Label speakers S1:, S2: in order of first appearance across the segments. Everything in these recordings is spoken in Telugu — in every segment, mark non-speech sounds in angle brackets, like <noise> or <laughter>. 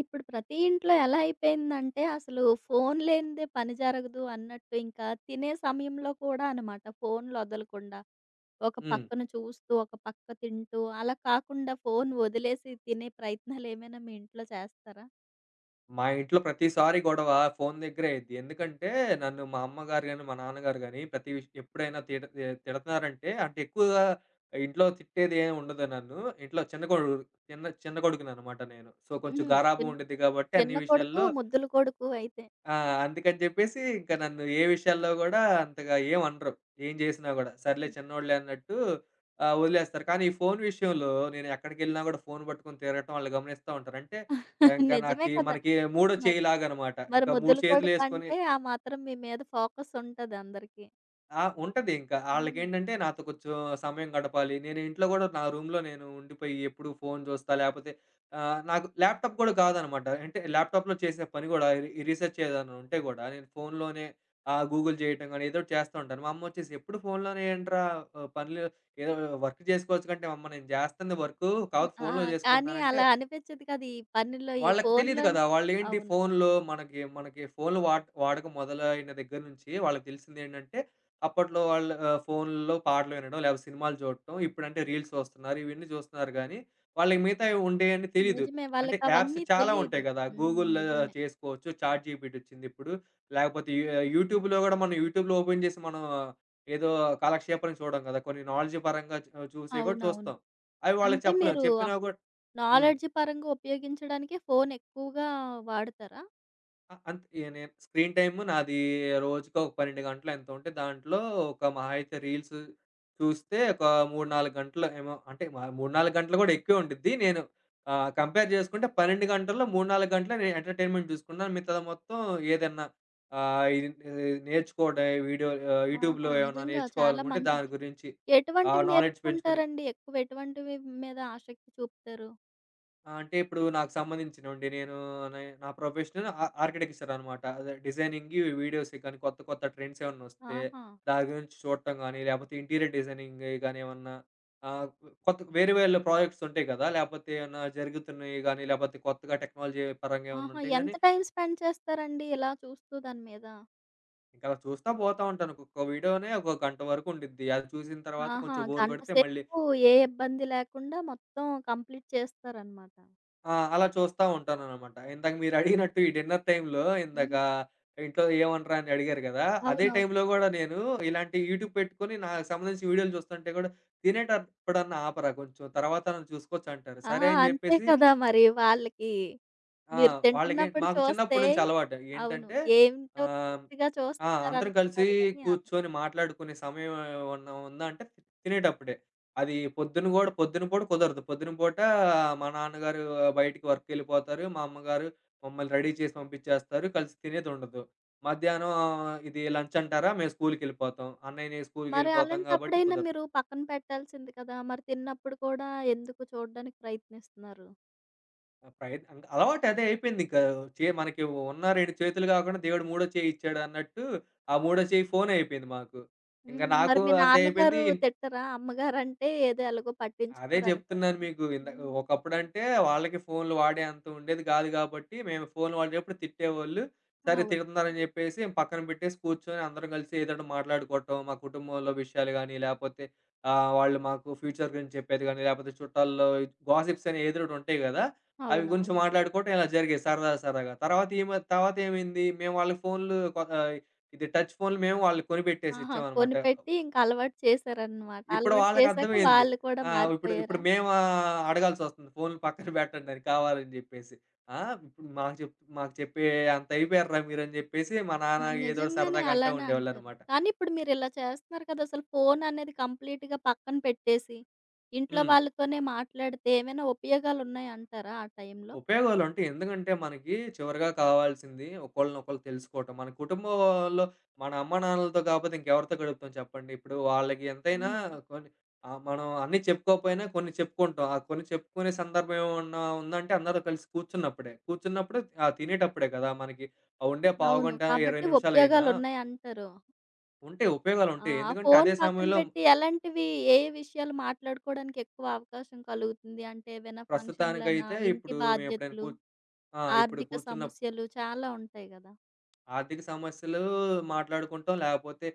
S1: ఇప్పుడు ప్రతి ఇంట్లో ఎలా అయిపోయిందంటే అసలు ఫోన్ లేనిదే పని జరగదు అన్నట్టు, ఇంకా తినే సమయంలో కూడా అనమాట ఫోన్లు వదలకుండా ఒక
S2: హ్మ్.
S1: పక్కన చూస్తూ ఒక పక్క తింటూ అలా కాకుండా ఫోన్ వదిలేసి తినే ప్రయత్నాలు ఏమైనా మీ ఇంట్లో చేస్తారా?
S2: మా ఇంట్లో ప్రతిసారి గొడవ ఫోను దగ్గరే అయిద్ది. ఎందుకంటే నన్ను మా అమ్మగారు గాని, మా నాన్నగారు గాని ప్రతి ఎప్పుడైనా తిడతన్నారంటే, అంటే ఎక్కువగా ఇంట్లో తిట్టేదేమి ఉండదు నన్ను. ఇంట్లో చిన్న కొడుకు, చిన్న చిన్న కొడుకుననమాట నేను. సో, కొంచెం
S1: ఉహుం,
S2: గారాబం
S1: చిన్
S2: ఉండిద్ది కాబట్టి అన్ని
S1: చిన్న కొడుకు
S2: విషయాల్లో
S1: ముద్దుల కొడుకు అయితే.
S2: ఆ! అందుకని జెప్పేసి ఇంక నన్ను ఏ విషయాల్లో గూడా అంతగా ఏమనరు. ఏం జేసినా గూడా. సర్లే
S1: <laughs>
S2: చిన్నోడులే అన్నట్టు వదిలేస్తారు. కానీ ఈ ఫోను విషయంలో నేను ఎక్కడికెళ్ళినా గూడా ఫోను పట్టుకొని తిరగటం ఆళ్ళు గమనిస్తా ఉంటారు. అంటే ఇంక
S1: నిజమే కదా.
S2: మనకి మూడో
S1: మరి
S2: చేయిలాగనమాట.
S1: మరి
S2: ఇంకా 3
S1: ముద్దుల కొడుకు
S2: చేతులేసుకొని
S1: అంటే ఆ మాత్రం మీ మీద ఫోకస్ ఉంటది అందరికి.
S2: ఆ! ఉంటది ఇంకా.
S1: ఉమ్.
S2: ఆళ్ళకేంటంటే నాతో కొంచెం సమయం గడపాలి. నేను ఇంట్లో గూడా నా రూమ్‌లో నేను ఉండిపోయి ఎప్పుడు ఫోన్ చూస్తా. లేపోతే నాకు ల్యాప్‌టాప్ గూడా కాదనమాట. అంటే ల్యాప్‌టాప్‌లో చేసే పని గూడా ఈ ఈ రీసెర్చ్ ఏదైనా ఉంటే గూడా నేను ఫోన్‌లోనే గూగుల్ చేయటం గాని ఏదో ఒకటి చేస్తా ఉంటాను. మా అమ్మొచ్చేసి, "ఎప్పుడు ఫోన్‌లోనే ఏంట్రా పనులు, ఏదో వర్క్ చేసుకోవచ్చు కంటే అమ్మ నేను చేస్తుంది వర్కు కాకపోతే
S1: ఆ,
S2: ఫోన్‌లో
S1: కానీ
S2: చేసుకుంటున్నానంటే."
S1: అలా అనిపించదు కదా ఈ పనిలో, ఈ
S2: వాళ్ళకి తెలీదు కదా!
S1: ఫోన్లోనే.
S2: వాళ్ళేంటి
S1: అవును.
S2: ఫోన్‌లో మనకి మనకి ఫోన్‌లు వాడకం మొదలైన దగ్గర నుంచి వాళ్ళకి తెలిసిందేంటంటే, అప్పట్లో వాళ్ళు ఫోన్‌లో పాటలు వినడం, లేకపోతే సినిమాలు చూడటం, ఇప్పుడంటే రీల్స్ చూస్తున్నారు, ఇవన్నీ చూస్తున్నారు గానీ, వాళ్ళకి మిగతావి ఉండేయని తెలీదు.
S1: నిజమే.
S2: అంటే యాప్స్
S1: వాళ్ళకవన్నీ
S2: చాలా ఉంటాయి
S1: తెలీదు.
S2: కదా!
S1: హ్మ్.
S2: గూగుల్‌లో
S1: నిజమే.
S2: చేసుకోవచ్చు. చాట్‌జీపీటీ వచ్చిందిప్పుడు. లేకపోతే యూట్యూబ్‌లో గూడా మనం యూట్యూబ్‌లో ఓపెన్ చేసి మనం ఏదో కాలక్షేపానికి చూడం కదా! కొన్ని నాలెడ్జ్ పరంగా చూసేవి గూడా
S1: అవునవును.
S2: చూస్తాం. అవి వాళ్ళకి
S1: అంటే
S2: చెప్పలేం.
S1: మీరు
S2: చెప్పినా గూడా హ్మ్.
S1: నాలెడ్జ్ పరంగా ఉపయోగించడానికి ఫోను ఎక్కువగా వాడతారా?
S2: అ అంత్ ఇగ నేను స్క్రీన్ టైమ్ నాది రోజుకి ఒక 12 గంటలో ఎంతో ఉంటే, దాంట్లో ఒక మహా అయితే రీల్స్ చూస్తే ఒక 3, 4 గంటలు ఏమో, అంటే మ 3, 4 గంటలు గూడా ఎక్కువే ఉండిద్ది. నేను కంపేర్ జేసుకుంటే 12 గంటల్లో 3, 4 గంటలే నేను ఎంటర్‌టైన్‌మెంట్ జూసుకున్నాను. మిగతాది మొత్తం ఏదన్నా ఆహ్, ఇది ఇది నేర్చుకోవడమే.
S1: ఆహా!
S2: యూట్యూబ్‌లో ఏమన్నా
S1: నిజంగా చాలా
S2: నేర్చుకోవాలనుకుంటే దాని
S1: మంచిది.
S2: గురించి, ఆ
S1: ఎటువంటివి
S2: నాలెడ్జ్ పెంచుకునే
S1: నేర్చుకుంటారండి? ఎక్కువ ఎటువంటివి మీద ఆసక్తి చూపుతారు?
S2: ఆ! అంటే ఇప్పుడు నాకు సంబంధించినవండి. నేను నే నా ప్రొఫెషన్ ఆర్కిటెక్చరనమాట. అదే డిజైనింగ్‌కి, వీడియోస్‌కి కానీ కొత్త కొత్త ట్రెండ్స్ ఏమన్నొస్తే
S1: ఆహా!
S2: దాని గురించి చూడటం గానీ, లేపోతే ఇంటీరియర్ డిజైనింగ్‌యి గానీ ఏమన్నా ఆహ్, కొత్త వేరే వేరే ప్రాజెక్ట్స్ ఉంటాయి కదా! లేపోతే ఏమన్నా జరుగుతున్నయి గానీ, లేపోతే కొత్తగా టెక్నాలజీ పరంగా ఏమన్నా
S1: ఆహా!
S2: ఉంటయి గానీ,
S1: ఎంత టైమ్ స్పెండ్ చేస్తారండి ఇలా చూస్తూ దాని మీద?
S2: ఇంకలా చూస్తా పోతా ఉంటాను. ఒక్కొక్క వీడియోనే ఒక గంట వరకు ఉండిద్ది. అది చూసిన తర్వాత
S1: ఆహా!
S2: కొంచెం బోర్
S1: గంట
S2: కొడితే మళ్ళీ
S1: సేపు ఏ ఇబ్బంది లేకుండా మొత్తం కంప్లీట్ చేస్తారనమాట.
S2: ఆ! అలా చూస్తా ఉంటాననమాట. ఇందాక మీరడిగినట్టు ఈ డిన్నర్ టైమ్‌లో ఇందాక
S1: హ్మ్.
S2: ఇంట్లో ఏమనరా అని అడిగారు గదా! అదే
S1: అవునవును.
S2: టైమ్‌లో గూడా నేను ఇలాంటి యూట్యూబ్ పెట్టుకొని నాకు సంబంధించిన వీడియోలు చూస్తుంటే గూడా తినేటప్పుడన్నా ఆపరా, కొంచెం తర్వాతన్నా చూసుకోవచ్చు అంటారు.
S1: ఆ!
S2: సరే అని
S1: అంతే
S2: జెప్పేసి
S1: కదా! మరి వాళ్ళకి
S2: ఆ!
S1: మీరు
S2: వాళ్ళకి
S1: తింటున్నప్పుడు
S2: మాకు
S1: చూస్తే.
S2: చిన్నప్పటి నుంచి అలవాటు.
S1: అవును.
S2: ఏంటంటే
S1: ఏంటో
S2: ఆహ్,
S1: పిచ్చిగా
S2: ఆ! అందరం కలిసి
S1: చూస్తున్నారనుకుంటారు గానీ అన్
S2: కూర్చొని మాట్లాడుకునే సమయం ఏమన్నా ఉందా అంటే తినేటప్పుడే. అది పొద్దున గూడా, పొద్దున పూట కుదరదు. పొద్దున పూట మా నాన్నగారు బయటికి వర్క్‌కెళ్ళిపోతారు. మా అమ్మగారు మమ్మల్ని రెడీ చేసి పంపించేస్తారు. కలిసి తినేదుండదు. మధ్యాహ్నం ఇది లంచ్ అంటారా? మేము స్కూల్‌కెళ్ళిపోతాం. అన్నయ్య, నేను
S1: మరి
S2: స్కూల్‌కెళ్ళిపోతాం కాబట్టి
S1: అలాంటప్పుడైనా
S2: కుదరదు.
S1: మీరు పక్కన పెట్టాల్సింది కదా! మరి తిన్నప్పుడు కూడా ఎందుకు చూడడానికి ప్రయత్నిస్తున్నారు?
S2: ఆ! ప్రయత్ అంక అలవాటు అదే అయిపోయిందింక. మనకి ఉన్న 2 చేతులు కాకుండా దేవుడు మూడో చేయి ఇచ్చాడన్నట్టు, ఆ మూడో చేయి ఫోనయిపోయింది మాకు. ఇంక
S1: హ్మ్.
S2: నాకు
S1: మరి మీ
S2: అంతే అయిపోయింది.
S1: నాన్నగారు తిట్టరా? అమ్మగారంటే ఏదో ఎలాగో
S2: అదే
S1: పట్టించుకోరనుకోండి.
S2: చెప్తున్నాను మీకు. ఇందాక
S1: హ్మ్.
S2: ఒకప్పుడంటే వాళ్ళకి ఫోన్‌లు వాడే అంత ఉండేది గాదు గాబట్టి, మేము ఫోన్‌లు వాడేటప్పుడు తిట్టేవోళ్ళు. సరే
S1: అవును.
S2: తిడుతున్నారని జెప్పేసి పక్కన పెట్టేసి కూర్చొని అందరం కలిసి ఏదోటి మాట్లాడుకోవటం, మా కుటుంబంలో విషయాలు గానీ, లేపోతే వాళ్ళు మాకు ఫ్యూచర్ గురించి చెప్పేది గానీ, లేపోతే చుట్టాల్లో గాసిప్స్ అని ఏదో ఒకటి ఉంటాయి గదా! అవి
S1: అవునవును.
S2: గురించి మాట్లాడుకోవటం ఇలా జరిగేది, సరదా సరదాగా. తర్వాత ఏమైంది? మేము వాళ్ళకి ఇది టచ్ ఫోన్‌లు మేము వాళ్ళకి కొనిపెట్టేసి
S1: ఆహా!
S2: ఇచ్చామనమాట.
S1: కొనిపెట్టి ఇంక అలవాటు చేశారనమాట.
S2: ఇప్పుడు
S1: అలవాటు చేశాక
S2: వాళ్ళకర్థమైంది.
S1: వాళ్ళు కూడా
S2: ఆ! ఇప్పుడు ఇప్పుడు
S1: మారిపోయారా?
S2: మేము అడగాల్సొస్తుంది ఫోన్‌లు పక్కన పెట్టండని కావాలని జెప్పేసి. ఆ! ఇప్పుడు మాకు చెప్పే అంత అయిపోయారురా మీరని జెప్పేసి మా నాన్న
S1: మరి
S2: ఏదోటి
S1: నిజంగానే
S2: సరదాగా అంటా
S1: అలానే అంటారు.
S2: ఉండేవాళ్ళనమాట.
S1: కానీ ఇప్పుడు మీరిలా చేస్తున్నారు కదా! అసలు ఫోన్ అనేది కంప్లీట్‌గా పక్కన పెట్టేసి, ఇంట్లో
S2: హ్మ్.
S1: వాళ్ళతోనే మాట్లాడితే ఏమైనా ఉపయోగాలున్నాయంటారా ఆ టైంలో?
S2: ఉపయోగాలు ఉంటాయి. ఎందుకంటే మనకి చివరగా కావాల్సింది ఒకళ్ళనొకళ్ళు తెలుసుకోవటం. మన కుటుంబంలో మన అమ్మానాన్నలతో కాపోతే ఇంకెవరితో గడుపుతాం చెప్పండి. ఇప్పుడు వాళ్ళకి ఎంతైనా
S1: హ్మ్.
S2: కొన్ని మనం అన్నీ చెప్పుకోకపోయినా కొన్ని చెప్పుకుంటాం. ఆ కొన్ని చెప్పుకునే సందర్భం ఏమన్నా ఉందంటే అందరూ కలిసి కూర్చున్నప్పుడే. కూర్చున్నప్పుడు తినేటప్పుడే కదా! మనకి ఆ ఉండే
S1: అవును.
S2: పావుగంట, 20
S1: కాబట్టి
S2: నిమిషాలైనా
S1: ఉపయోగాలున్నాయంటారు.
S2: ఉంటే ఉపయోగాలు ఉంటాయి.
S1: ఆ!
S2: ఉపయోగాలుంటాయి. ఎందుకంటే
S1: ఫోన్
S2: అదే
S1: పక్కన
S2: సమయంలో
S1: పెట్టి ఎలాంటివి, ఏ ఏ విషయాలు మాట్లాడుకోవడానికి ఎక్కువ అవకాశం కలుగుతుంది? అంటే ఏవైనా ఫంక్షన్‌లనా,
S2: ప్రస్తుతానికైతే
S1: ఇంటి
S2: ఇప్పుడు మేము ఎప్పుడైనా
S1: బాధ్యతలు,
S2: ఆ! ఇప్పుడు
S1: ఆర్థిక
S2: కూర్చున్నప్పుడు
S1: సమస్యలు చాలా ఉంటాయి గదా!
S2: ఆర్థిక సమస్యలు మాట్లాడుకుంటాం. లేపోతే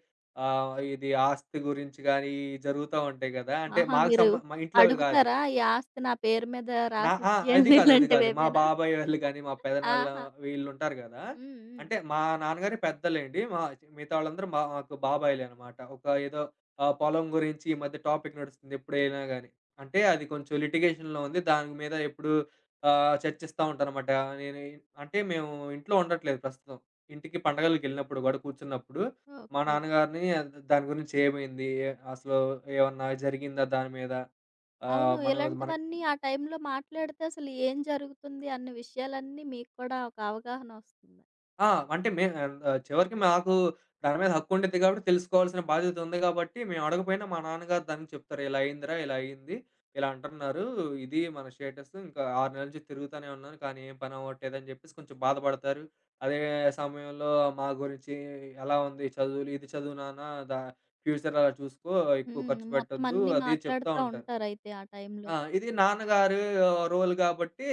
S2: ఇది ఆస్తి గురించి గానీ జరుగుతా ఉంటాయి గదా! అంటే
S1: ఆహా!
S2: మాకు
S1: మీరు
S2: సంబ మా ఇంట్లో గాదు.
S1: అడుగుతారా? ఈ ఆస్తి నా పేరు మీద
S2: ఆ! అది
S1: రాసిచ్చేయండి
S2: కాదు. అది కాదు. మా
S1: ఇలాంటివేమైనా?
S2: బాబాయ్ వాళ్ళు గాని, మా పెదనాన్న
S1: ఆహా!
S2: వీళ్ళుంటారు గదా!
S1: హ్మ్. హ్మ్.
S2: అంటే మా నాన్నగారే పెద్దలేండి. మిగతా వాళ్ళందరూ మాకు బాబాయిలనమాట. ఒక ఏదో పొలం గురించి ఈ మధ్య టాపిక్ నడుస్తుంది ఎప్పుడైనా గాని. అంటే అది కొంచెం లిటిగేషన్‌లో ఉంది. దాని మీద ఎప్పుడు చర్చిస్తా ఉంటాననమాట. నేను అంటే మేము ఇంట్లో ఉండట్లేదు ప్రస్తుతం. ఇంటికి పండగలకెళ్ళినప్పుడు గూడా కూర్చున్నప్పుడు మా
S1: ఓకే.
S2: నాన్నగారిని దాని గురించి ఏమైంది? అసలు ఏమన్నా జరిగిందా దాని మీద? ఆహ్,
S1: అవును.
S2: మనం మన
S1: ఇలాంటివన్నీ ఆ టైంలో మాట్లాడితే అసలు ఏం జరుగుతుంది అన్న విషయాలన్నీ మీకు కూడా ఒక అవగాహన వస్తుంది.
S2: ఆ! అంటే చివరికి మాకు దాని మీద హక్కు ఉండిద్ది కాబట్టి తెలుసుకోవాల్సిన బాధ్యత ఉంది కాబట్టి మేము అడగపోయినా మా నాన్నగారు దానికి చెప్తారు. ఇలా అయిందిరా, ఇలా అయింది. ఇలా అంటున్నారు. ఇది మన స్టేటస్. ఇంకా 6 నెలల నుంచి తిరుగుతూనే ఉన్నాను. కానీ ఏం పని అవ్వట్లేదని చెప్పేసి కొంచెం బాధపడతారు. అదే సమయంలో మా గురించి ఎలా ఉంది చదువులు, ఇది చదువు నాన్న దా ఫ్యూచర్ అలా చూసుకో, ఎక్కువ
S1: హ్మ్.
S2: ఖర్చు
S1: మొత్తం
S2: పెట్టొద్దు
S1: అన్నీ
S2: అది చెప్తా
S1: మాట్లాడుతా
S2: ఉంటారు.
S1: ఉంటారయితే ఆ టైంలో.
S2: ఆ! ఇది నాన్నగారు రోల్ కాబట్టి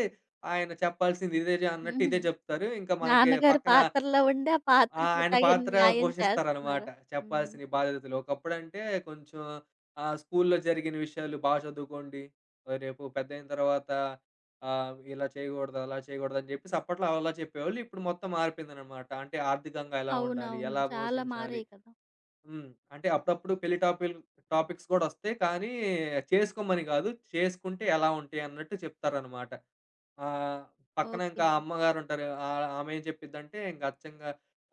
S2: ఆయన చెప్పాల్సింది ఇదే జ అన్నట్టు
S1: హుహు.
S2: ఇదే చెప్తారు. ఇంకా మనకి
S1: నాన్నగారి
S2: పక్కన
S1: పాత్రలో ఉండి ఆ
S2: ఆ!
S1: పాత్రకి
S2: ఆయన
S1: తగిన
S2: పాత్ర
S1: న్యాయం
S2: పోషిస్తారనమాట.
S1: చేస్తున్నారు. హ్మ్.
S2: చెప్పాల్సిన బాధ్యతలు. ఒకప్పుడంటే కొంచెం స్కూల్‌లో జరిగిన విషయాలు బాగా చదువుకోండి. రేపు పెద్దయిన తర్వాత ఇలా చేయకూడదు, అలా చేయకూడదు అని చెప్పేసి అప్పట్లో అలా చెప్పేవాళ్ళు. ఇప్పుడు మొత్తం మారిపోయిందనమాట. అంటే ఆర్థికంగా ఎలా ఉండాలి?
S1: అవునవును.
S2: ఎలా
S1: చాలా
S2: పోషించాలి?
S1: మారాయి కదా!
S2: హ్మ్. అంటే అప్పుడప్పుడు పెళ్లి టాపిల్ టాపిక్స్ కూడా వస్తాయి. కానీ చేసుకోమని కాదు, చేసుకుంటే ఎలా ఉంటాయి అన్నట్టు చెప్తారనమాట. ఆహ్, పక్కన ఇంకా
S1: ఓకే.
S2: అమ్మగారుంటారు. ఆమె ఏం చెప్పిద్దంటే ఇంక అచ్చంగా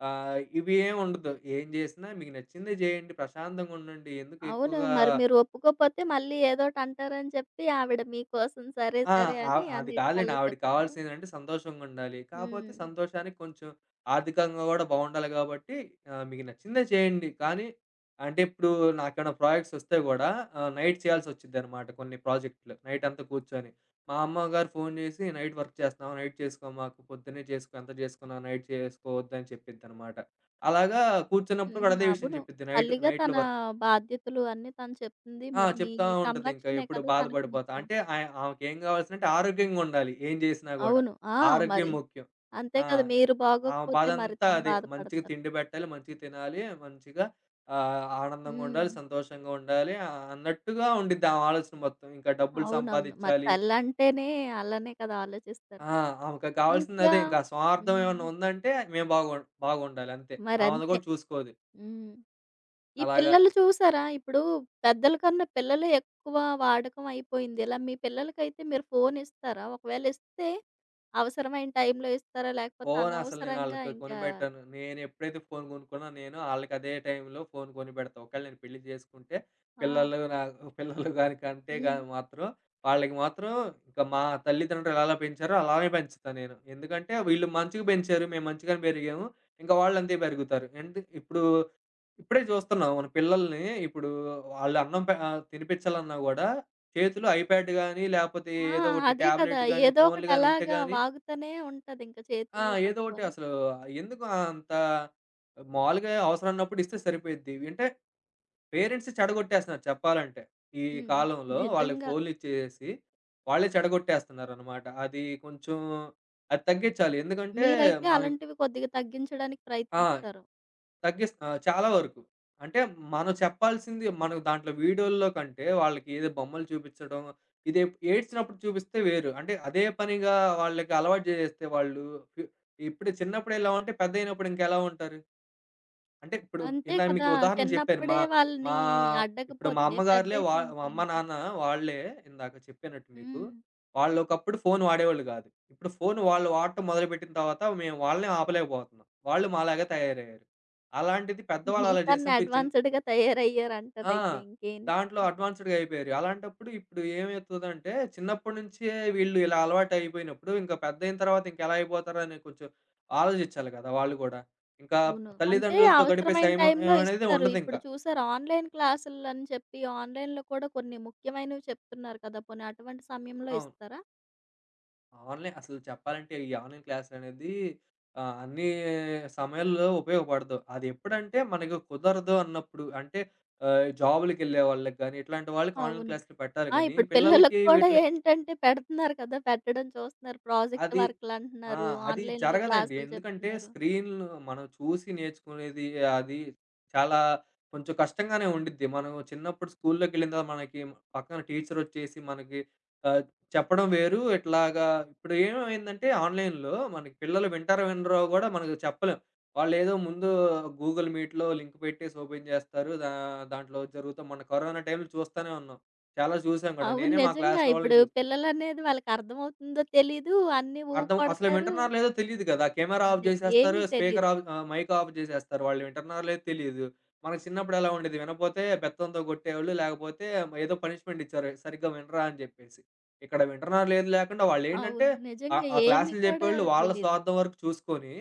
S2: ఇవి ఏం ఉండదు. ఏం జేసినా మీకు నచ్చిందే జేయండి. ప్రశాంతంగా ఉండండి. ఎందుకు
S1: అవును.
S2: ఎక్కువగా
S1: మరి మీరు ఒప్పుకోకపోతే మళ్ళీ ఏదోటి అంటారని చెప్పి ఆవిడ మీకోసం సరే,
S2: ఆ!
S1: సరే అని
S2: అది కాదులెండి.
S1: అన్నిటికల్లా
S2: ఆవిడకి
S1: చెప్తుంది.
S2: కావాల్సిందేంటంటే సంతోషంగుండాలి. కాపోతే
S1: హ్మ్.
S2: సంతోషానికి కొంచెం ఆర్థికంగా గూడా బావుండాలి గాబట్టి మీకు నచ్చిందే చేయండి. కానీ అంటే ఇప్పుడు నాకేమైనా ప్రాజెక్ట్స్ వస్తే గూడా నైట్ చేయాల్సొచ్చిద్దనమాట కొన్ని ప్రాజెక్టులు. నైటంతా కూర్చొని. మా అమ్మగారు ఫోను జేసి, "నైట్ వర్క్ చేస్తున్నావా? నైట్ చేసుకోమాకు. పొద్దున్నే చేసుకో. ఎంత చేసుకున్నావు నైట్ చేసుకోవద్దు" అని చెప్పిద్దనమాట. అలాగా కూర్చున్నప్పుడు
S1: హ్మ్.
S2: గూడా అదే విషయం
S1: అవును.
S2: చెప్పిద్ది.
S1: తల్లిగా
S2: నైట్‌లో
S1: తన
S2: వర్క్
S1: బాధ్యతలు అన్నీ తను చెప్తుంది.
S2: ఆ!
S1: మరి మీ
S2: చెప్తా ఉంటదింక
S1: సంరక్షణే
S2: ఎప్పుడు
S1: కదా తనకి
S2: బాధపడిపోతా.
S1: ముఖ్యం.
S2: అంటే ఆమెకేం కావాల్సిందంటే ఆరోగ్యంగుండాలి ఏం చేసినా గూడా.
S1: అవును. ఆ!
S2: ఆరోగ్యం
S1: మరి.
S2: ముఖ్యం.
S1: అంతే
S2: ఆ!
S1: కదా!
S2: య
S1: మీరు
S2: ఆమె
S1: బాగోకపోతే మరి
S2: బాధంతా
S1: తను
S2: అదే. మంచిగా
S1: బాధపడతారు.
S2: తిండి పెట్టాలి, మంచిగా తినాలి, మంచిగా
S1: హ్మ్.
S2: ఆనందంగుండాలి, సంతోషంగా ఉండాలి అన్నట్టుగా ఉండిద్ది ఆమె ఆలోచన మొత్తం. ఇంకా డబ్బులు
S1: అవునవును. మరి
S2: సంపాదిచ్చాలి.
S1: తల్లంటేనే అలానే కదా ఆలోచిస్తారు.
S2: ఆ! ఆమెకి
S1: ఇంకా
S2: కావాల్సిందదే. ఇంకా స్వార్థం ఏమన్నా
S1: హ్మ్.
S2: ఉందంటే మేము బాగుండాలి అంతే. ఆమెను
S1: మరంతే.
S2: గూడా చూసుకోదు.
S1: హ్మ్. ఈ
S2: అలాగా
S1: పిల్లలు చూసారా? ఇప్పుడు పెద్దల కన్నా పిల్లలే ఎక్కువ వాడకం అయిపోయింది. ఇలా మీ పిల్లలకైతే మీరు ఫోను ఇస్తారా? ఒకవేళ ఇస్తే అవసరమైన టైంలో ఇస్తారా? లేకపోతే
S2: ఫోన్ అసలు నేను
S1: అనవసరంగా
S2: ఆళ్ళకి
S1: ఇంకా
S2: కొనిపెట్టాను. నేనెప్పుడైతే ఫోన్ కొనుక్కున్నానో నేను ఆళ్ళకి అదే టైంలో ఫోన్ కొనిపెడతా. ఒకవేళ నేను పెళ్లి చేసుకుంటే పిల్లలు
S1: ఆ!
S2: నా పిల్లలు గాని కంటే
S1: హ్మ్.
S2: గాని మాత్రం వాళ్ళకి మాత్రం ఇంకా మా తల్లిదండ్రులు ఎలా పెంచారో అలానే పెంచుతా నేను. ఎందుకంటే వీళ్ళు మంచిగా పెంచారు. మేము మంచిగానే పెరిగాము. ఇంకా వాళ్ళంతే పెరుగుతారు. ఇప్పుడు ఇప్పుడే చూస్తున్నాం మన పిల్లల్ని ఇప్పుడు వాళ్ళు తినిపించాలన్నా గూడా చేతిలో ఐప్యాడ్ గాని, లేపోతే
S1: ఆ!
S2: ఏదో ఒకటి
S1: అదే కదా!
S2: టాబ్లెట్ గాని,
S1: ఏదో
S2: ఫోన్‌లు
S1: ఒకటి
S2: గాని ఉంటే
S1: అలాగా
S2: గాని
S1: వాగుతూనే ఉంటది ఇంకా
S2: ఆ!
S1: చేతుల్లో
S2: ఏదో ఒకటి
S1: పట్టుకొని.
S2: అసలు ఎందుకు అంత మాములుగా అవసరమన్నప్పుడు ఇస్తే సరిపోయిద్ది. అంటే పేరెంట్స్ చెడగొట్టేస్తున్నారు చెప్పాలంటే. ఈ
S1: హ్మ్.
S2: కాలంలో వాళ్ళకి
S1: నిజంగా.
S2: ఫోన్‌లు ఇచ్చేసేసి వాళ్ళే చెడగొట్టేస్తున్నారనమాట. అది కొంచెం అది తగ్గించాలి. ఎందుకంటే
S1: మీరైతే
S2: మన
S1: అలాంటివి కొద్దిగా తగ్గించడానికి
S2: ఆ!
S1: ప్రయత్నిస్తారు.
S2: తగ్గిస్ ఆ! చాలా వరకు. అంటే మనం చెప్పాల్సింది మనకు దాంట్లో వీడియోల్లో కంటే వాళ్ళకి ఏదో బొమ్మలు చూపించడం, ఇదే ఏడ్చినప్పుడు చూపిస్తే వేరు. అంటే అదే పనిగా వాళ్ళకి అలవాటు చేసేస్తే వాళ్ళు ఇప్పుడే చిన్నప్పుడు ఎలా ఉంటే పెద్దయినప్పుడు ఇంకెలా ఉంటారు? అంటే ఇప్పుడు
S1: అంతే
S2: ఇందాక మీకు
S1: కదా!
S2: ఉదాహరణ చెప్పాను. మా
S1: చిన్నప్పుడే
S2: మా
S1: వాళ్ళని
S2: ఇప్పుడు
S1: అడ్డకపోతే పెద్దయితే
S2: మా అమ్మ,
S1: ఇంకేంటి?
S2: నాన్న వాళ్ళే ఇందాక చెప్పినట్టు మీకు.
S1: హ్మ్.
S2: వాళ్ళొకప్పుడు ఫోను వాడేవాళ్ళు గాదు. ఇప్పుడు ఫోను వాళ్ళు వాడటం మొదలుపెట్టిన తర్వాత మేము వాళ్ళని ఆపలేకపోతున్నాం. వాళ్ళు మాలాగా తయారయ్యారు. అలాంటిది పెద్దవాళ్ళు అలా
S1: మీకన్నా
S2: చేసినప్పుడు ఈ చిన్
S1: అడ్వాన్స్‌డ్‌గా
S2: ఆ!
S1: తయారయ్యారంటారైతే ఇంకేం
S2: దాంట్లో
S1: చేస్
S2: అడ్వాన్స్‌డ్‌గా అయిపోయారు. అలాంటప్పుడు ఇప్పుడు ఏమైతదంటే, చిన్నప్పటి నుంచే వీళ్ళు ఇలా అలవాటయిపోయినప్పుడు, ఇంకా పెద్దయిన తర్వాత ఇంకెలా అయిపోతారని కొంచెం ఆలోచించాలి కదా! వాళ్ళు గూడా. ఇంకా
S1: అవును. అంటే
S2: తల్లిదండ్రులతో గడిపే
S1: అవసరమైన
S2: సమయం
S1: టైంలో
S2: అనేది
S1: ఇస్తారు.
S2: ఉండదింక.
S1: ఇప్పుడు చూసారా, ఆన్‌లైన్ క్లాసులని చెప్పి ఆన్‌లైన్‌లో కూడా కొన్ని ముఖ్యమైనవి చెప్తున్నారు కదా! పోనీ అటువంటి సమయంలో
S2: అవును.
S1: ఇస్తారా?
S2: ఆన్‌లైన్ అసలు చెప్పాలంటే ఈ ఆన్‌లైన్ క్లాసులనేది అన్ని సమయాల్లో ఉపయోగపడదు. అదెప్పుడంటే, మనకు కుదరదు అన్నప్పుడు. అంటే జాబులకెళ్ళే వాళ్ళకి గానీ, ఇట్లాంటి వాళ్ళకి ఆన్‌లైన్
S1: అవును.
S2: క్లాసులు పెట్టాలి
S1: ఆ!
S2: గానీ,
S1: ఇప్పుడు పిల్లలకి
S2: పిల్లలకి
S1: కూడా
S2: వీటిలకి
S1: ఏంటంటే పెడుతున్నారు కదా! పెట్టడం చూస్తున్నారు. ప్రాజెక్ట్
S2: అది ఆ!
S1: వర్కులంటున్నారు.
S2: అది
S1: ఆన్‌లైన్‌లో
S2: జరగదండి.
S1: క్లాసులు
S2: ఎందుకంటే
S1: చెప్తున్నారు.
S2: స్క్రీన్‌లు మనం చూసి నేర్చుకునేది అది చాలా కొంచెం కష్టంగానే ఉండిద్ది. మనం చిన్నప్పుడు స్కూల్లోకెళ్ళిన తర్వాత మనకి పక్కన టీచరొచ్చేసి మనకి ఆహ్, చెప్పడం వేరు. ఇట్లాగా ఇప్పుడు ఏమైందంటే ఆన్‌లైన్‌లో మనకి పిల్లలు వింటారో వినరో గూడా మనకు చెప్పలేం. వాళ్ళేదో ముందు గూగుల్ మీట్‌లో లింక్ పెట్టేసి ఓపెన్ జేస్తారు. దాంట్లో జరుగుతా మొన్న కరోనా టైంలో చూస్తానే ఉన్నాం. చాలా చూసాం గూడా.
S1: అవును.
S2: నేనే మా
S1: నిజంగా
S2: క్లాస్‌లో వాళ్ళని
S1: ఇప్పుడు
S2: చూ
S1: పిల్లలనేది వాళ్ళకర్థమవుతుందో తెలీదు. అన్నీ ఊ
S2: అర్థం అసలు
S1: కొడతారు.
S2: వింటున్నారో లేదో తెలీదు కదా! కెమెరా ఆఫ్
S1: అదే,
S2: జేసేస్తారు.
S1: ఏమీ
S2: స్పీకర్
S1: తెలీదు.
S2: ఆఫ్ మైక్ ఆఫ్ జేసేస్తారు. వాళ్ళు వింటున్నారో లేదో తెలీదు. మనకు చిన్నప్పుడు ఎలా ఉండేది? వినపోతే బెత్తంతో కొట్టేవాళ్ళు. లేకపోతే ఏదో పనిష్మెంట్ ఇచ్చారు. సరిగ్గా వినరా అని జెప్పేసి. ఇక్కడ వింటున్నారో లేదో లేకుండా వాళ్ళేంటంటే
S1: అవును. నిజంగా
S2: ఆ ఆ
S1: ఏమి
S2: క్లాసులు
S1: కూడా
S2: జెప్పేవాళ్ళు వాళ్ళ
S1: తెలీదు.
S2: స్వార్థం వరకు చూసుకొని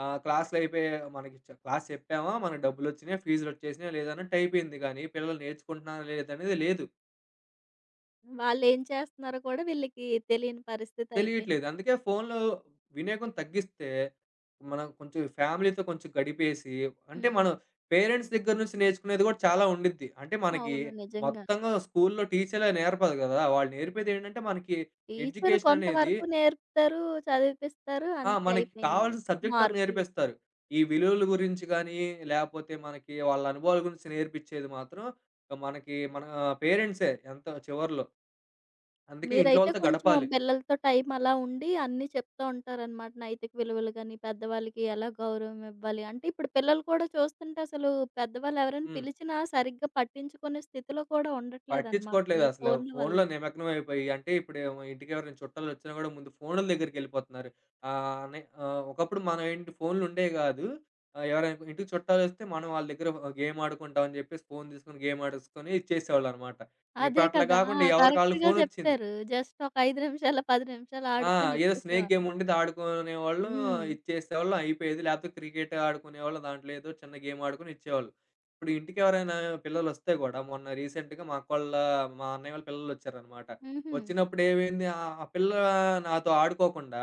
S2: క్లాసులు అయిపోయే మనకి క్లాస్ చెప్పామా? మనకు డబ్బులొచ్చినాయా? ఫీజులొచ్చేసినాయా? లేదన్నట్టు అయిపోయింది గానీ, పిల్లలు నేర్చుకుంటున్నారా లేదనేది లేదు.
S1: వాళ్ళేం చేస్తున్నారో కూడా వీళ్ళకి తెలియని పరిస్థితయిపోయింది.
S2: తెలియట్లేదు. అందుకే ఫోన్‌లో వినియోగం తగ్గిస్తే, మనం కొంచెం ఫ్యామిలీతో కొంచెం గడిపేసి, అంటే
S1: హ్మ్.
S2: మనం పేరెంట్స్ దగ్గర నుంచి నేర్చుకునేది కూడా చాలా ఉండిద్ది. అంటే మనకి
S1: అవును. నిజంగా.
S2: మొత్తంగా స్కూల్‌లో టీచర్లే నేర్పదు కదా! వాళ్ళు నేర్పేది ఏంటంటే మనకి
S1: టీచరు
S2: ఎడ్యుకేషన్ అనేది
S1: కొంతవరకు నేర్పుతారు, చదివిపిస్తారు
S2: ఆ!
S1: అంతే
S2: మనకి
S1: అయిపోయింది.
S2: కావాల్సిన సబ్జెక్ట్ వరకు
S1: మార్కులు.
S2: నేర్పిస్తారు. ఈ విలువల గురించి గానీ, లేపోతే మనకి వాళ్ళ అనుభవాల గురించి నేర్పిచ్చేది మాత్రం మనకి మన పేరెంట్సే ఎంత చివర్లో. అందుకే ఇంట్లో
S1: మీరైతే
S2: వాళ్ళతో
S1: కొంచెం
S2: గడపాలి.
S1: పిల్లలతో టైం అలా ఉండి అన్నీ చెప్తూ ఉంటారనమాట. నైతిక విలువలు గాని, పెద్దవాళ్ళకి ఎలా గౌరవం ఇవ్వాలి. అంటే ఇప్పుడు పిల్లలు కూడా చూస్తుంటే అసలు పెద్దవాళ్ళు ఎవరైనా
S2: హ్మ్.
S1: పిలిచినా సరిగ్గా పట్టించుకునే స్థితిలో కూడా ఉండట్లేదనమాట.
S2: పట్టించుకోవట్లేదు
S1: ఈ
S2: అసలు.
S1: ఫోన్ల వల్ల.
S2: ఫోనులో నిమగ్నం అయిపోయి, అంటే ఇప్పుడేమో ఇంటికెవరైనా చుట్టాలొచ్చినా గూడా ముందు ఫోనుల దగ్గరికెళ్ళిపోతున్నారు. ఒకప్పుడు మనం ఏంటి ఫోనులుండేయి గాదు. ఎవరైనా ఇంటికి చుట్టాలొస్తే మనం వాళ్ళ దగ్గర గేమ్ ఆడుకుంటాం అని జెప్పేసి ఫోను తీసుకొని గేమ్ ఆడేసుకొని ఇచ్చేసేవాళ్ళనమాట. ఇప్పుడు
S1: అదే
S2: అట్లా
S1: కదా! ఆ!
S2: గాకుండా ఎవరికాళ్ళు
S1: కరెక్ట్‌గా
S2: ఫోనొచ్చింది.
S1: చెప్పారు. జస్ట్ ఒక 5 నిమిషాలు, 10 నిమిషాలు
S2: ఆ!
S1: ఆడుకొని
S2: ఏదో స్నేక్ గేమ్
S1: ఇచ్చేసేవాళ్ళం.
S2: ఉండేది. ఆడుకునేవాళ్ళు,
S1: హ్మ్.
S2: ఇచ్చేసేవాళ్ళు అయిపోయేది. లేపోతే క్రికెట్ ఆడుకునేవాళ్ళు. దాంట్లో ఏదో చిన్న గేమ్ ఆడుకొని ఇచ్చేవాళ్ళు. ఇప్పుడు ఇంటికెవరైనా పిల్లలొస్తే గూడా, మొన్న రీసెంట్‌గా మా అన్నయ్య వాళ్ళ పిల్లలొచ్చారనమాట.
S1: హుహు.
S2: వచ్చినప్పుడు ఏమైంది ఆ పిల్ల నాతో ఆడుకోకుండా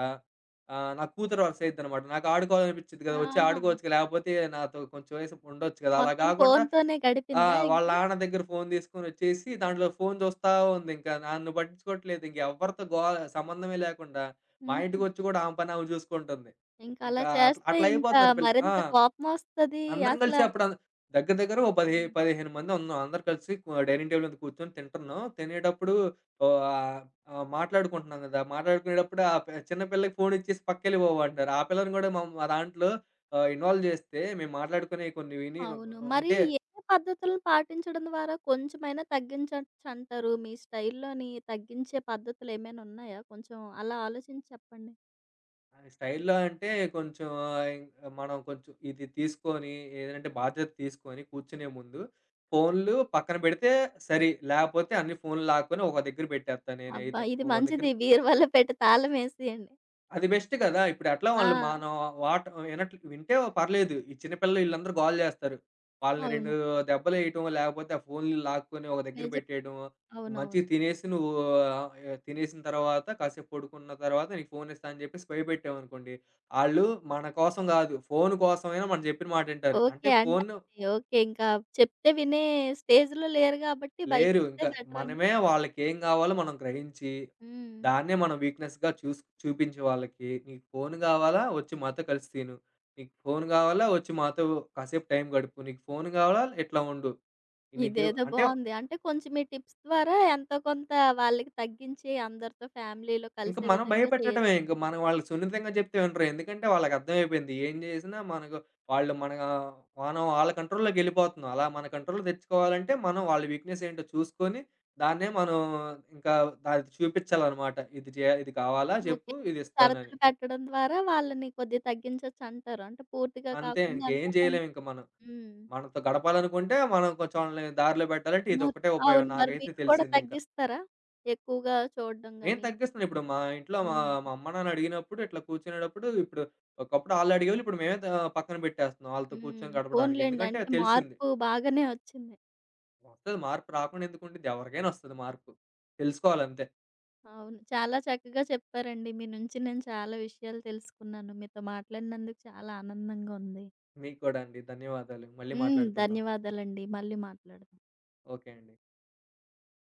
S2: నా కూతురు వరస అయిద్దనమాట. నాకు ఆడుకోవాలనిపిచ్చిద్ది కదా! వచ్చి
S1: ఆహా!
S2: ఆడుకోవచ్చు కదా! లేపోతే నాతో కొంచెం సేపు ఉండొచ్చు కదా! అలా
S1: మొత్తం
S2: గాకుండా
S1: ఫోనుతోనే
S2: ఆ!
S1: గడిపిందా
S2: వాళ్ళ
S1: ఇంక?
S2: నాన్న దగ్గర ఫోను తీసుకొనొచ్చేసి, దాంట్లో ఫోను చూస్తా ఉందింకా. నన్ను పట్టించుకోవట్లేదు. ఇంకెవ్వరితో గో సంబంధమే లేకుండా, మా
S1: హుహు.
S2: ఇంటికొచ్చి కూడా ఆమె పని ఆమె చూసుకుంటుంది.
S1: ఇంక అలా
S2: ఇంకా అట్లా
S1: చేస్తే
S2: అట్లా
S1: ఇంకా
S2: అయిపోతున్నారు ఆ!
S1: మరింత కోపమొస్తది
S2: అందరం
S1: అసల
S2: కలిసి అప్పుడు దగ్గర దగ్గర ఓ 10,
S1: హ్మ్.
S2: 15 మంది ఉన్నాం. అందరూ కలిసి డైనింగ్ టేబుల్ మీద కూర్చొని తింటున్నాం. తినేటప్పుడు ఓహ్! ఆహ్, మాట్లాడుకుంటున్నాం కదా! మాట్లాడుకునేటప్పుడు ఆ పి చిన్న పిల్లకి ఫోను ఇచ్చేసి పక్కెళ్ళిపోవు అంటారు. ఆ పిల్లని కూడా మా మా దాంట్లో ఇన్వాల్వ్ చేస్తే, మేము మాట్లాడుకునే కొన్ని విని,
S1: అవును. మరి
S2: అంటే
S1: ఏ పద్ధతులను పాటించడం ద్వారా కొంచెమైనా తగ్గించొచ్చంటారు? మీ స్టైల్‌లోని తగ్గించే పద్ధతులేమైనా ఉన్నాయా? కొంచెం అలా ఆలోచించి చెప్పండి.
S2: అది స్టైల్‌లో అంటే కొంచెం ఆహ్, ఇం మనం కొంచెం ఇది తీసుకొని ఏదంటే బాధ్యత తీసుకొని కూర్చునే ముందు ఫోన్‌లు పక్కన పెడితే సరి. లేపోతే అన్ని ఫోన్‌లు లాక్కొని ఒక దగ్గర పెట్టేస్తాను
S1: అబ్బా!
S2: నేనైతే.
S1: ఇది
S2: ఒక దగ్గర
S1: మంచిది. బీరువాలో పెట్టి తాళం యేసేయండి.
S2: అది బెస్ట్ కదా! ఇప్పుడు ఎట్లా
S1: ఆ!
S2: వాళ్ళు మనం వాట వినట్ వింటే పర్లేదు. ఈ చిన్న పిల్లలు ఈళ్ళందరూ గోల చేస్తారు. వాళ్ళని 2
S1: అవును.
S2: దెబ్బలేయటం, లేకపోతే ఆ ఫోన్‌లు లాక్కొని ఒక దగ్గర
S1: నిజం.
S2: పెట్టేయడం.
S1: అవునవును.
S2: మంచిగా తినేసి నువ్వు ఆహ్, తినేసిన తర్వాత కాసేపు పడుకున్న తర్వాత నీకు ఫోన్ ఇస్తా అని చెప్పేసి భయపెట్టామనుకోండి, ఆళ్ళు మన కోసం కాదు, ఫోన్ కోసమైనా మనం చెప్పిన మాట వింటారు. అంటే
S1: ఓకే. అంటే
S2: ఫోను
S1: ఓకే. ఇంకా చెప్తే వినే స్టేజ్‌లో లేరు గాబట్టి
S2: లేరు.
S1: భయపడితే
S2: ఇంకా
S1: బెటరంటారు.
S2: మనమే వాళ్ళకేం గావాలో మనం గ్రహించి,
S1: హ్మ్.
S2: దాన్నే మనం వీక్‌నెస్‌గా చూపించి వాళ్ళకి, "నీకు ఫోను గావాలా? ఒచ్చి మాతో కలిసి తిను. నీకు ఫోను గావాలా? ఒచ్చి మాతో కాసేపు టైం గడుపు. నీకు ఫోను గావాలా? ఇట్లా ఉండు. నీకు"
S1: ఇదేదో
S2: అంటే
S1: బావుంది. అంటే కొంచెం మీ టిప్స్ ద్వారా ఎంతో కొంత వాళ్ళకి తగ్గించి అందరితో ఫ్యామిలీలో
S2: ఇంక
S1: కలిసే
S2: మనం
S1: విధంగా
S2: భయపెట్టడమే. ఇంక
S1: చేయొచ్చంటారు.
S2: మనం వాళ్ళకి సున్నితంగా జెప్తే వినరు. ఎందుకంటే వాళ్ళకర్థమైపోయింది. ఏం జేసినా మనకు వాళ్ళు మన మనం ఆళ్ళ కంట్రోల్‌లోకెళ్ళిపోతున్నాం. అలా మన కంట్రోల్‌లో తెచ్చుకోవాలంటే మనం వాళ్ళ వీక్‌నెస్ ఏంటో చూసుకొని, దాన్నే మనం ఇంకా అది చూపిచ్చాలనమాట. ఇది కావాలా చెప్పు
S1: ఓకే.
S2: ఇదిస్తానని.
S1: షరతులు పెట్టడం ద్వారా వాళ్ళని కొద్దిగా తగ్గించొచ్చంటారు. అంటే పూర్తిగా
S2: అంతే
S1: కాకుండా
S2: ఇంకేం
S1: ఎంతో
S2: జేయలేం
S1: కొంత.
S2: ఇంక మనం.
S1: హ్మ్.
S2: మనతో గడపాలనుకుంటే మనం కొంచెం వాళ్ళని దారిలో పెట్టాలంటే
S1: మరి
S2: ఇదొక్కటే ఉపాయం
S1: అవును. మరి
S2: నాకైతే
S1: మీరు కూడా
S2: తెలిసిందింక.
S1: తగ్గిస్తారా? ఎక్కువగా చూడడం
S2: నేను
S1: గాని.
S2: తగ్గిస్తున్నాను. ఇప్పుడు మా ఇంట్లో మా
S1: హ్మ్.
S2: మా అమ్మ, నాన్న అడిగినప్పుడు ఇట్లా కూర్చునేటప్పుడు ఇప్పుడు ఒకప్పుడు ఆళ్ళడిగేవాళ్ళు. ఇప్పుడు మేమే పక్కన పెట్టేస్తున్నాం ఆళ్ళతో
S1: హ్మ్.
S2: కూర్చొని గడపడానికి.
S1: పోనీలెండి.
S2: ఎందుకంటే
S1: అంటే
S2: అది తెలిసింది.
S1: మార్పు బాగానే వచ్చింది.
S2: వస్తది మార్పు రాకుండా ఎందుకుండిద్ది? ఎవరికైనా వస్తది మార్పు. తెలుసుకోవాలంతే.
S1: అవును. చాలా చక్కగా చెప్పారండి. మీ నుంచి నేను చాలా విషయాలు తెలుసుకున్నాను. మీతో మాట్లాడినందుకు చాలా ఆనందంగా ఉంది.
S2: మీకు కూడా అండి. ధన్యవాదాలు. మళ్ళీ
S1: హ్మ్.
S2: మాట్లాడుకుందాం.
S1: ధన్యవాదాలండి. మళ్ళీ మాట్లాడదాం.
S2: ఓకే అండి.